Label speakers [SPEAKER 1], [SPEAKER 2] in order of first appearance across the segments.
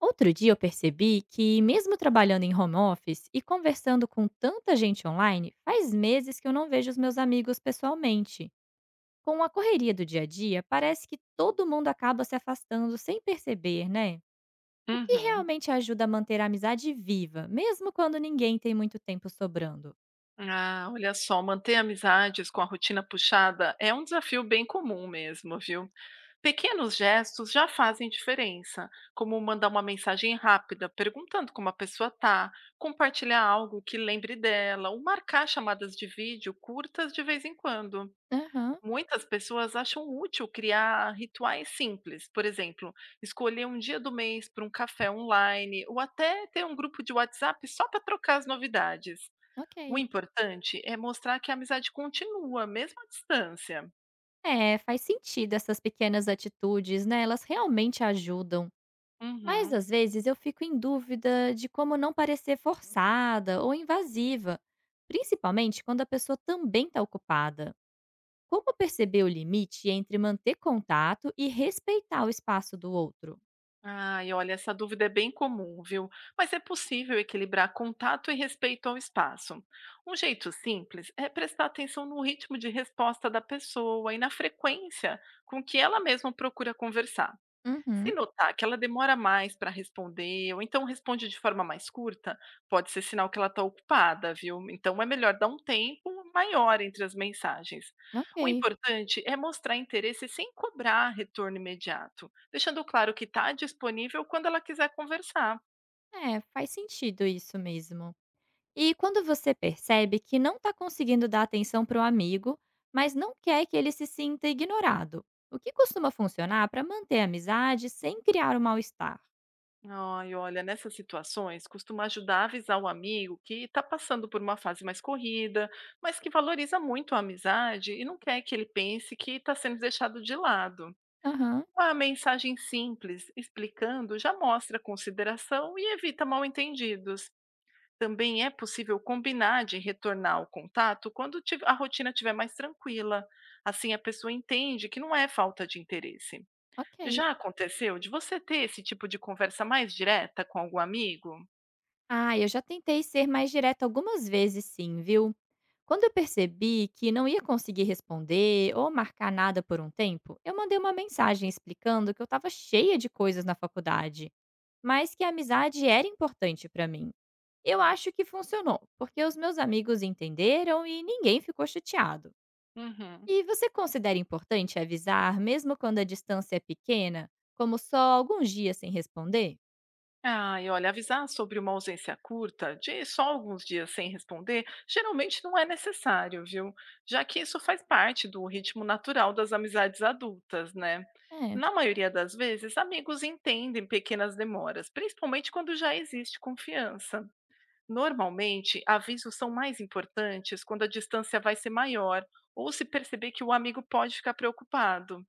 [SPEAKER 1] Outro dia eu percebi que, mesmo trabalhando em home office e conversando com tanta gente online, faz meses que eu não vejo os meus amigos pessoalmente. Com a correria do dia a dia, parece que todo mundo acaba se afastando sem perceber, né? O que
[SPEAKER 2] Uhum.
[SPEAKER 1] realmente ajuda a manter a amizade viva, mesmo quando ninguém tem muito tempo sobrando?
[SPEAKER 2] Ah, olha só, manter amizades com a rotina puxada é um desafio bem comum mesmo, viu? Pequenos gestos já fazem diferença, como mandar uma mensagem rápida perguntando como a pessoa tá, compartilhar algo que lembre dela, ou marcar chamadas de vídeo curtas de vez em quando.
[SPEAKER 1] Aham,
[SPEAKER 2] Muitas pessoas acham útil criar rituais simples, por exemplo, escolher um dia do mês para um café online ou até ter um grupo de WhatsApp só para trocar as novidades. O
[SPEAKER 1] ok.
[SPEAKER 2] importante é mostrar que a amizade continua, mesmo à distância.
[SPEAKER 1] É, faz sentido essas pequenas atitudes, né? Elas realmente ajudam. Mas
[SPEAKER 2] Uhum.
[SPEAKER 1] às vezes eu fico em dúvida de como não parecer forçada ou invasiva, principalmente quando a pessoa também está ocupada. Como perceber o limite entre manter contato e respeitar o espaço do outro?
[SPEAKER 2] Ai, olha, essa dúvida é bem comum, viu? Mas é possível equilibrar contato e respeito ao espaço. Um jeito simples é prestar atenção no ritmo de resposta da pessoa e na frequência com que ela mesma procura conversar. Se
[SPEAKER 1] Uhum,
[SPEAKER 2] notar que ela demora mais para responder ou então responde de forma mais curta, pode ser sinal que ela está ocupada, viu? Então é melhor dar um tempo maior entre as mensagens. O
[SPEAKER 1] ok.
[SPEAKER 2] importante é mostrar interesse sem cobrar retorno imediato, deixando claro que está disponível quando ela quiser conversar.
[SPEAKER 1] É, faz sentido isso mesmo. E quando você percebe que não está conseguindo dar atenção para o amigo, mas não quer que ele se sinta ignorado, o que costuma funcionar para manter a amizade sem criar o mal-estar?
[SPEAKER 2] Ai, olha, nessas situações costuma ajudar a avisar o amigo que está passando por uma fase mais corrida, mas que valoriza muito a amizade e não quer que ele pense que está sendo deixado de lado.
[SPEAKER 1] Aham,
[SPEAKER 2] Uma mensagem simples explicando já mostra consideração e evita mal-entendidos. Também é possível combinar de retornar ao contato quando a rotina estiver mais tranquila. Assim, a pessoa entende que não é falta de interesse.
[SPEAKER 1] ok.
[SPEAKER 2] Já aconteceu de você ter esse tipo de conversa mais direta com algum amigo?
[SPEAKER 1] Ah, eu já tentei ser mais direta algumas vezes, sim, viu? Quando eu percebi que não ia conseguir responder ou marcar nada por um tempo, eu mandei uma mensagem explicando que eu estava cheia de coisas na faculdade, mas que a amizade era importante para mim. Eu acho que funcionou, porque os meus amigos entenderam e ninguém ficou chateado.
[SPEAKER 2] Uhum.
[SPEAKER 1] E você considera importante avisar, mesmo quando a distância é pequena, como só alguns dias sem responder?
[SPEAKER 2] Ah, e olha, avisar sobre uma ausência curta, de só alguns dias sem responder, geralmente não é necessário, viu? Já que isso faz parte do ritmo natural das amizades adultas, né?
[SPEAKER 1] É.
[SPEAKER 2] Na maioria das vezes, amigos entendem pequenas demoras, principalmente quando já existe confiança. Normalmente, avisos são mais importantes quando a distância vai ser maior ou se perceber que o amigo pode ficar preocupado.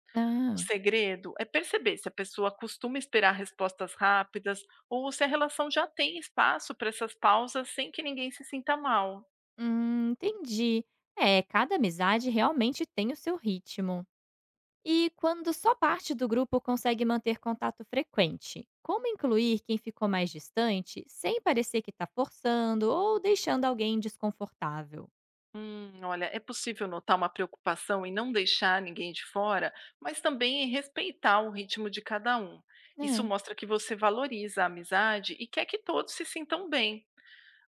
[SPEAKER 2] O
[SPEAKER 1] Ah.
[SPEAKER 2] segredo é perceber se a pessoa costuma esperar respostas rápidas ou se a relação já tem espaço para essas pausas sem que ninguém se sinta mal.
[SPEAKER 1] Entendi. É, cada amizade realmente tem o seu ritmo. E quando só parte do grupo consegue manter contato frequente, como incluir quem ficou mais distante sem parecer que está forçando ou deixando alguém desconfortável?
[SPEAKER 2] Olha, é possível notar uma preocupação em não deixar ninguém de fora, mas também em respeitar o ritmo de cada um. Isso mostra que você valoriza a amizade e quer que todos se sintam bem.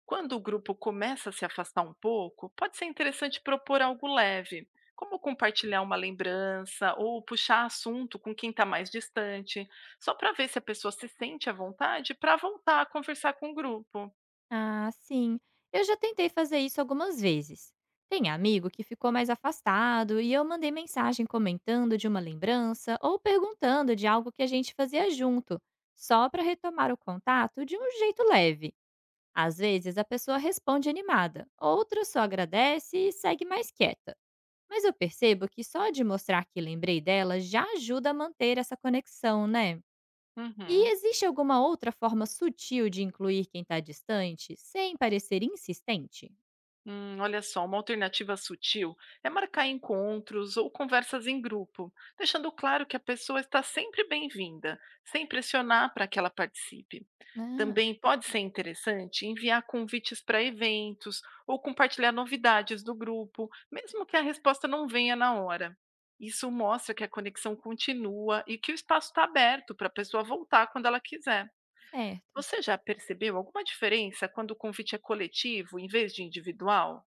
[SPEAKER 2] Quando o grupo começa a se afastar um pouco, pode ser interessante propor algo leve, como compartilhar uma lembrança ou puxar assunto com quem está mais distante, só para ver se a pessoa se sente à vontade para voltar a conversar com o grupo.
[SPEAKER 1] Ah, sim. Eu já tentei fazer isso algumas vezes. Tem amigo que ficou mais afastado e eu mandei mensagem comentando de uma lembrança ou perguntando de algo que a gente fazia junto, só para retomar o contato de um jeito leve. Às vezes a pessoa responde animada, outra só agradece e segue mais quieta. Mas eu percebo que só de mostrar que lembrei dela já ajuda a manter essa conexão, né? E
[SPEAKER 2] Uhum.
[SPEAKER 1] existe alguma outra forma sutil de incluir quem está distante, sem parecer insistente?
[SPEAKER 2] Olha só, uma alternativa sutil é marcar encontros ou conversas em grupo, deixando claro que a pessoa está sempre bem-vinda, sem pressionar para que ela participe.
[SPEAKER 1] Ah,
[SPEAKER 2] Também pode ser interessante enviar convites para eventos ou compartilhar novidades do grupo, mesmo que a resposta não venha na hora. Isso mostra que a conexão continua e que o espaço está aberto para a pessoa voltar quando ela quiser.
[SPEAKER 1] certo.
[SPEAKER 2] Você já percebeu alguma diferença quando o convite é coletivo em vez de individual?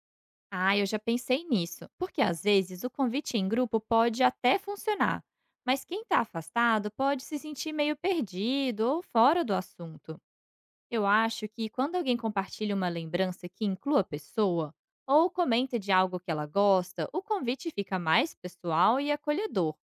[SPEAKER 1] Ah, eu já pensei nisso, porque às vezes o convite em grupo pode até funcionar, mas quem está afastado pode se sentir meio perdido ou fora do assunto. Eu acho que quando alguém compartilha uma lembrança que inclua a pessoa, ou comenta de algo que ela gosta, o convite fica mais pessoal e acolhedor.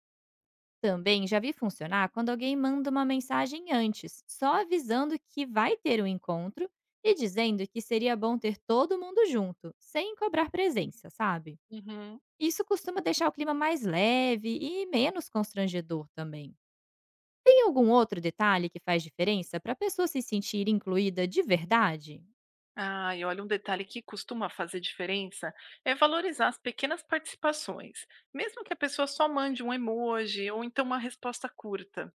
[SPEAKER 1] Também já vi funcionar quando alguém manda uma mensagem antes, só avisando que vai ter o encontro e dizendo que seria bom ter todo mundo junto, sem cobrar presença, sabe?
[SPEAKER 2] Uhum.
[SPEAKER 1] Isso costuma deixar o clima mais leve e menos constrangedor também. Tem algum outro detalhe que faz diferença para a pessoa se sentir incluída de verdade?
[SPEAKER 2] Ah, e olha, um detalhe que costuma fazer diferença é valorizar as pequenas participações, mesmo que a pessoa só mande um emoji ou então uma resposta curta.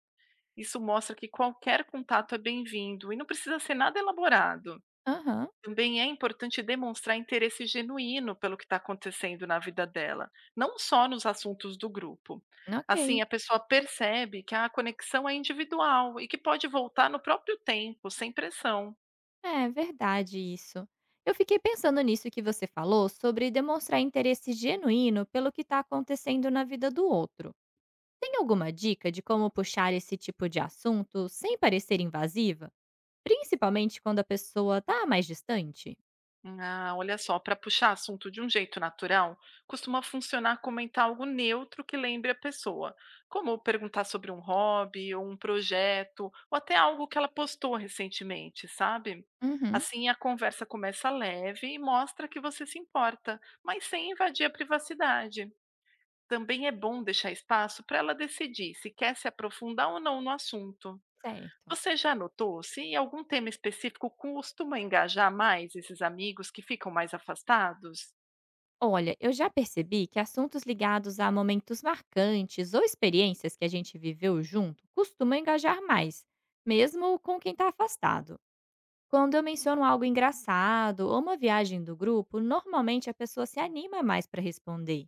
[SPEAKER 2] Isso mostra que qualquer contato é bem-vindo e não precisa ser nada elaborado.
[SPEAKER 1] Aham,
[SPEAKER 2] Também é importante demonstrar interesse genuíno pelo que está acontecendo na vida dela, não só nos assuntos do grupo. Assim,
[SPEAKER 1] ok.
[SPEAKER 2] a pessoa percebe que a conexão é individual e que pode voltar no próprio tempo, sem pressão.
[SPEAKER 1] É verdade isso. Eu fiquei pensando nisso que você falou sobre demonstrar interesse genuíno pelo que está acontecendo na vida do outro. Tem alguma dica de como puxar esse tipo de assunto sem parecer invasiva? Principalmente quando a pessoa tá mais distante?
[SPEAKER 2] Ah, olha só, para puxar assunto de um jeito natural, costuma funcionar comentar algo neutro que lembre a pessoa, como perguntar sobre um hobby ou um projeto, ou até algo que ela postou recentemente, sabe?
[SPEAKER 1] Uhum,
[SPEAKER 2] Assim a conversa começa leve e mostra que você se importa, mas sem invadir a privacidade. Também é bom deixar espaço para ela decidir se quer se aprofundar ou não no assunto.
[SPEAKER 1] certo.
[SPEAKER 2] Você já notou se em algum tema específico costuma engajar mais esses amigos que ficam mais afastados?
[SPEAKER 1] Olha, eu já percebi que assuntos ligados a momentos marcantes ou experiências que a gente viveu junto costumam engajar mais, mesmo com quem está afastado. Quando eu menciono algo engraçado ou uma viagem do grupo, normalmente a pessoa se anima mais para responder.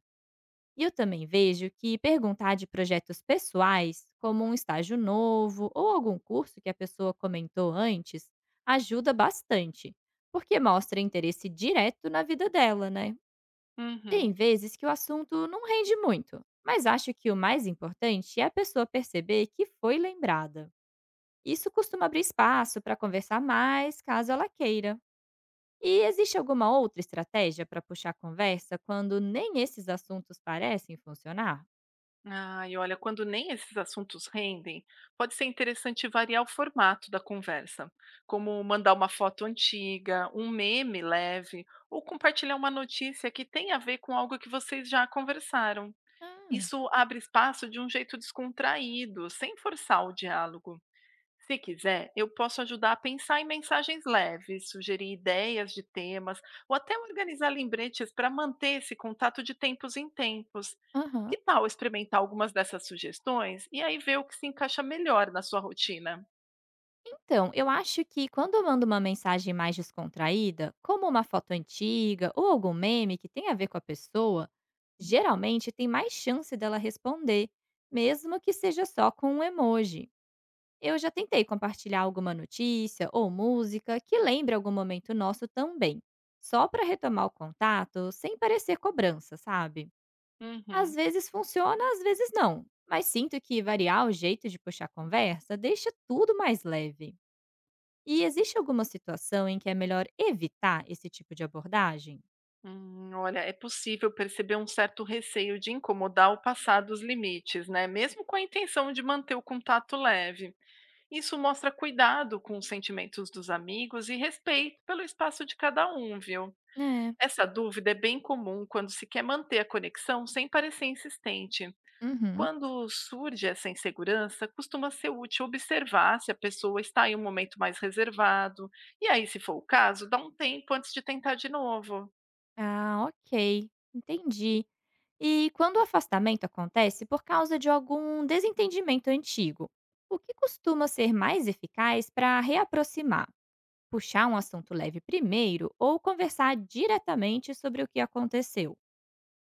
[SPEAKER 1] E eu também vejo que perguntar de projetos pessoais, como um estágio novo ou algum curso que a pessoa comentou antes, ajuda bastante, porque mostra interesse direto na vida dela, né?
[SPEAKER 2] Uhum.
[SPEAKER 1] Tem vezes que o assunto não rende muito, mas acho que o mais importante é a pessoa perceber que foi lembrada. Isso costuma abrir espaço para conversar mais, caso ela queira. E existe alguma outra estratégia para puxar a conversa quando nem esses assuntos parecem funcionar?
[SPEAKER 2] Ah, e olha, quando nem esses assuntos rendem, pode ser interessante variar o formato da conversa, como mandar uma foto antiga, um meme leve, ou compartilhar uma notícia que tem a ver com algo que vocês já conversaram.
[SPEAKER 1] Ah.
[SPEAKER 2] Isso abre espaço de um jeito descontraído, sem forçar o diálogo. Se quiser, eu posso ajudar a pensar em mensagens leves, sugerir ideias de temas ou até organizar lembretes para manter esse contato de tempos em tempos.
[SPEAKER 1] Aham.
[SPEAKER 2] Que tal experimentar algumas dessas sugestões e aí ver o que se encaixa melhor na sua rotina?
[SPEAKER 1] Então, eu acho que quando eu mando uma mensagem mais descontraída, como uma foto antiga ou algum meme que tem a ver com a pessoa, geralmente tem mais chance dela responder, mesmo que seja só com um emoji. Eu já tentei compartilhar alguma notícia ou música que lembre algum momento nosso também, só para retomar o contato sem parecer cobrança, sabe? Às
[SPEAKER 2] Uhum.
[SPEAKER 1] vezes funciona, às vezes não, mas sinto que variar o jeito de puxar a conversa deixa tudo mais leve. E existe alguma situação em que é melhor evitar esse tipo de abordagem?
[SPEAKER 2] Olha, é possível perceber um certo receio de incomodar ou passar dos limites, né? Mesmo com a intenção de manter o contato leve. Isso mostra cuidado com os sentimentos dos amigos e respeito pelo espaço de cada um, viu?
[SPEAKER 1] É.
[SPEAKER 2] Essa dúvida é bem comum quando se quer manter a conexão sem parecer insistente.
[SPEAKER 1] Uhum.
[SPEAKER 2] Quando surge essa insegurança, costuma ser útil observar se a pessoa está em um momento mais reservado, e aí, se for o caso, dá um tempo antes de tentar de novo.
[SPEAKER 1] Ah, ok. Entendi. E quando o afastamento acontece por causa de algum desentendimento antigo, o que costuma ser mais eficaz para reaproximar? Puxar um assunto leve primeiro ou conversar diretamente sobre o que aconteceu?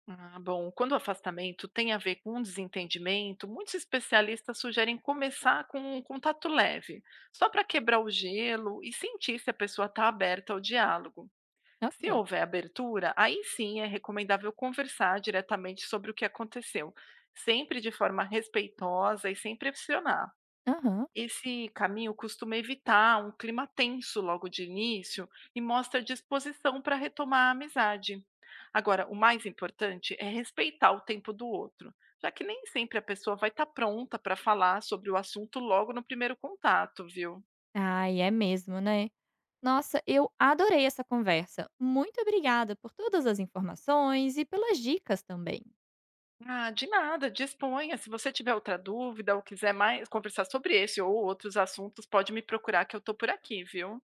[SPEAKER 2] Ah, bom, quando o afastamento tem a ver com um desentendimento, muitos especialistas sugerem começar com um contato leve, só para quebrar o gelo e sentir se a pessoa está aberta ao diálogo. Se
[SPEAKER 1] Ok.
[SPEAKER 2] houver abertura, aí sim é recomendável conversar diretamente sobre o que aconteceu, sempre de forma respeitosa e sem pressionar.
[SPEAKER 1] Aham.
[SPEAKER 2] Esse caminho costuma evitar um clima tenso logo de início e mostra disposição para retomar a amizade. Agora, o mais importante é respeitar o tempo do outro, já que nem sempre a pessoa vai estar pronta para falar sobre o assunto logo no primeiro contato, viu?
[SPEAKER 1] Ai, é mesmo, né? Nossa, eu adorei essa conversa. Muito obrigada por todas as informações e pelas dicas também.
[SPEAKER 2] Ah, de nada, disponha. Se você tiver outra dúvida ou quiser mais conversar sobre esse ou outros assuntos, pode me procurar que eu estou por aqui, viu?